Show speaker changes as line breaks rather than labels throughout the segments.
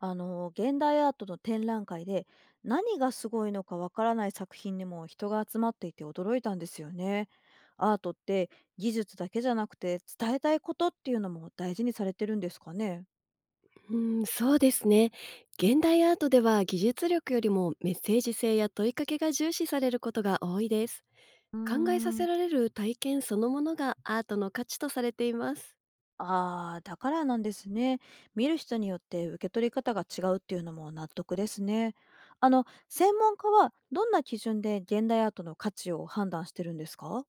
現代アートの展覧会で何がすごいのかわからない作品にも人が集まっていて驚いたんですよね。アートって技術だけじゃなくて伝えたいことっていうのも大事にされてるんですかね。
うん、そうですね。現代アートでは技術力よりもメッセージ性や問いかけが重視されることが多いです。
うー
考えさせ
ん、
られる体験そのものがアートの価値とされています。
ああ、だからなんですね。見る人によって受け取り方が違うっていうのも納得ですね。専門家はどんな基準で現代アートの価値を判断してるんですか？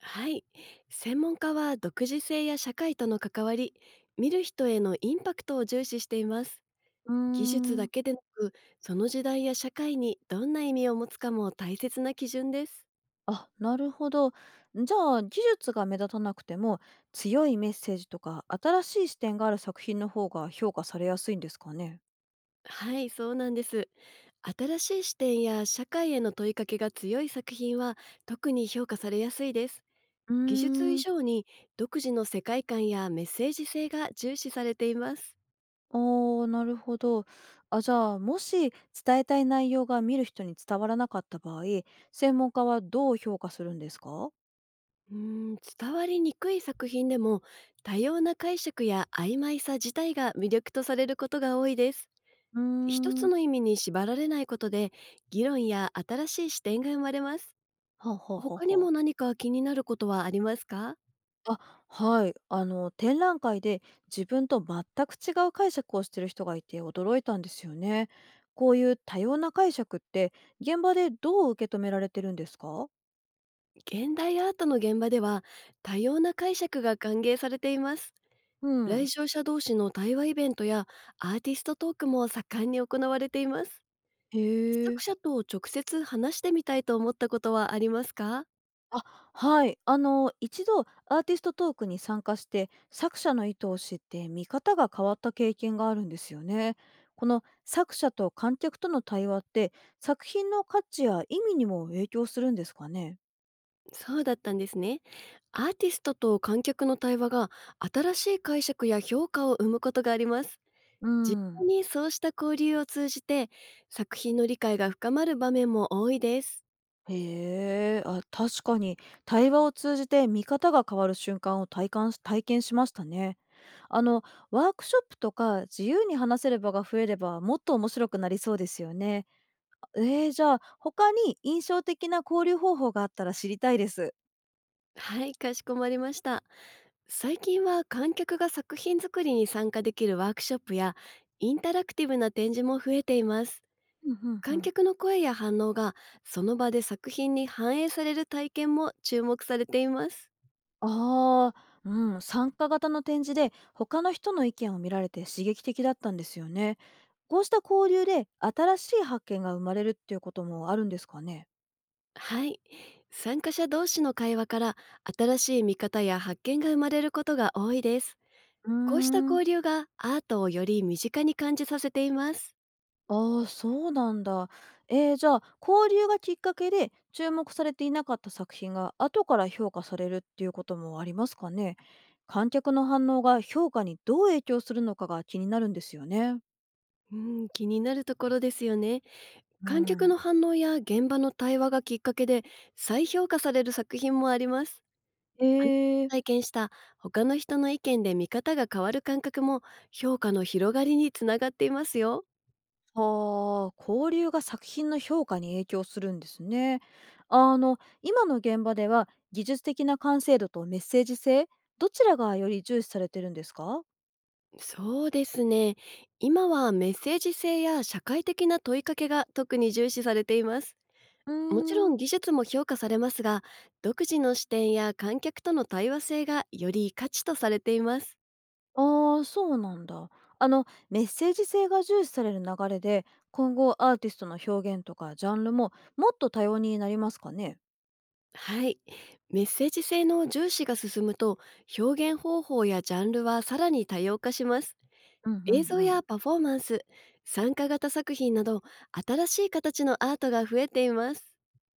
はい。専門家は独自性や社会との関わり、見る人へのインパクトを重視しています。
うー
技術だ
ん。
けでなく、その時代や社会にどんな意味を持つかも大切な基準です。
あ、なるほど。じゃあ、技術が目立たなくても、強いメッセージとか、新しい視点がある作品の方が評価されやすいんですかね。
はい、そうなんです。新しい視点や社会への問いかけが強い作品は特に評価されやすいです。
うー
技術以
ん。
上に独自の世界観やメッセージ性が重視されています。
あー、なるほど。あ、じゃあ、もし伝えたい内容が見る人に伝わらなかった場合、専門家はどう評価するんですか？
伝わりにくい作品でも多様な解釈や曖昧さ自体が魅力とされることが多いです。
うー
一つ
ん。
の意味に縛られないことで議論や新しい視点が生まれます。
はあはあは
他
あ
にも
はあ。
何か気になることはありますか？
あ、はい。展覧会で自分と全く違う解釈をしてる人がいて驚いたんですよね。こういう多様な解釈って現場でどう受け止められてるんですか？
現代アートの現場では多様な解釈が歓迎されています。
う
来
ん。
場者同士の対話イベントやアーティストトークも盛んに行われています。
へ
作
え。
者と直接話してみたいと思ったことはありますか？
あ、はい。一度アーティストトークに参加して作者の意図を知って見方が変わった経験があるんですよね。この作者と観客との対話って作品の価値や意味にも影響するんですかね？
そうだったんですね。アーティストと観客の対話が新しい解釈や評価を生むことがあります。
う
実際
ん。
にそうした交流を通じて作品の理解が深まる場面も多いです。
へえ、あ、確かに対話を通じて見方が変わる瞬間を体験しましたね。あのワークショップとか自由に話せる場が増えればもっと面白くなりそうですよね。じゃあ他に印象的な交流方法があったら知りたいです。
はい、かしこまりました。最近は観客が作品作りに参加できるワークショップやインタラクティブな展示も増えています。
うんうんう
観
ん。
客の声や反応がその場で作品に反映される体験も注目されています。
ああ、うん、参加型の展示で他の人の意見を見られて刺激的だったんですよね。こうした交流で新しい発見が生まれるっていうこともあるんですかね。
はい。参加者同士の会話から新しい見方や発見が生まれることが多いです。
うー
こうした
ん。
交流がアートをより身近に感じさせています。
ああ、そうなんだ。じゃあ交流がきっかけで注目されていなかった作品が後から評価されるっていうこともありますかね？観客の反応が評価にどう影響するのかが気になるんですよね。
うん、気になるところですよね。
う
観客
ん、
の反応や現場の対話がきっかけで再評価される作品もあります。
えー、
体験した他の人の意見で見方が変わる感覚も評価の広がりにつながっていますよ。
ああ、交流が作品の評価に影響するんですね。今の現場では技術的な完成度とメッセージ性、どちらがより重視されてるんですか？
そうですね。今はメッセージ性や社会的な問いかけが特に重視されています。
う
もちろ
ー
ん
ん。
技術も評価されますが、独自の視点や観客との対話性がより価値とされています。
ああ、そうなんだ。メッセージ性が重視される流れで、今後アーティストの表現とかジャンルももっと多様になりますかね？
はい。メッセージ性の重視が進むと、表現方法やジャンルはさらに多様化します。
うんうんう
映像や
ん。
パフォーマンス、参加型作品など、新しい形のアートが増えています。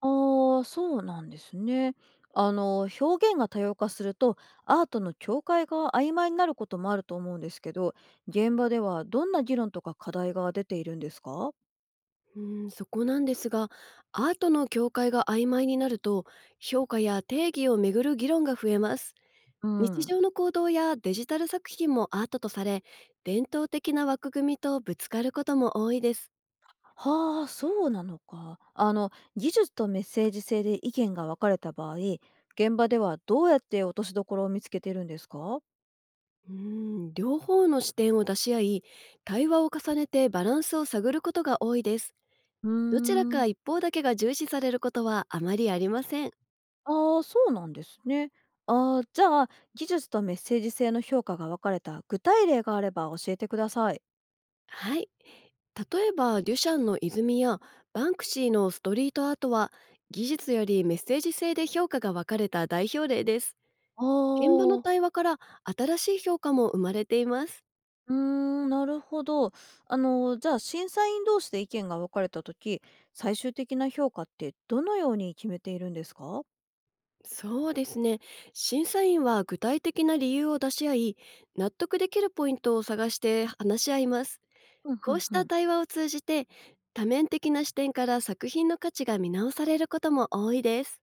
ああ、そうなんですね。表現が多様化すると、アートの境界が曖昧になることもあると思うんですけど、現場ではどんな議論とか課題が出ているんですか？
うん、そこなんですが、アートの境界が曖昧になると、評価や定義をめぐる議論が増えます。
う
日
ん。
常の行動やデジタル作品もアートとされ、伝統的な枠組みとぶつかることも多いです。
はあ、そうなのか。技術とメッセージ性で意見が分かれた場合、現場ではどうやって落としどころを見つけてるんですか？
うー両方の視点を出し合い、対話を重ねてバランスを探ることが多いです。
うー
どちら
ん。
か一方だけが重視されることはあまりありません。
ああ、そうなんですね。ああ、じゃあ、技術とメッセージ性の評価が分かれた具体例があれば教えてください。
はい。例えば、デュシャンの泉やバンクシーのストリートアートは、技術よりメッセージ性で評価が分かれた代表例です。
あ
現場の
あ、
対話から新しい評価も生まれています。
うーん、なるほど。じゃあ、審査員同士で意見が分かれたとき、最終的な評価ってどのように決めているんですか？
そうですね。審査員は具体的な理由を出し合い、納得できるポイントを探して話し合います。
うん、う
こう
ん、
し
う
た
ん。
対話を通じて、多面的な視点から作品の価値が見直されることも多いです。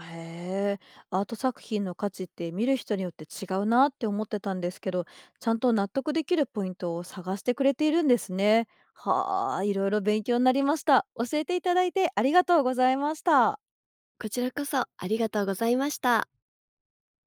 へえ、アート作品の価値って見る人によって違うなって思ってたんですけど、ちゃんと納得できるポイントを探してくれているんですね。はあ、いろいろ勉強になりました。教えていただいてありがとうございました。
こちらこそありがとうございました。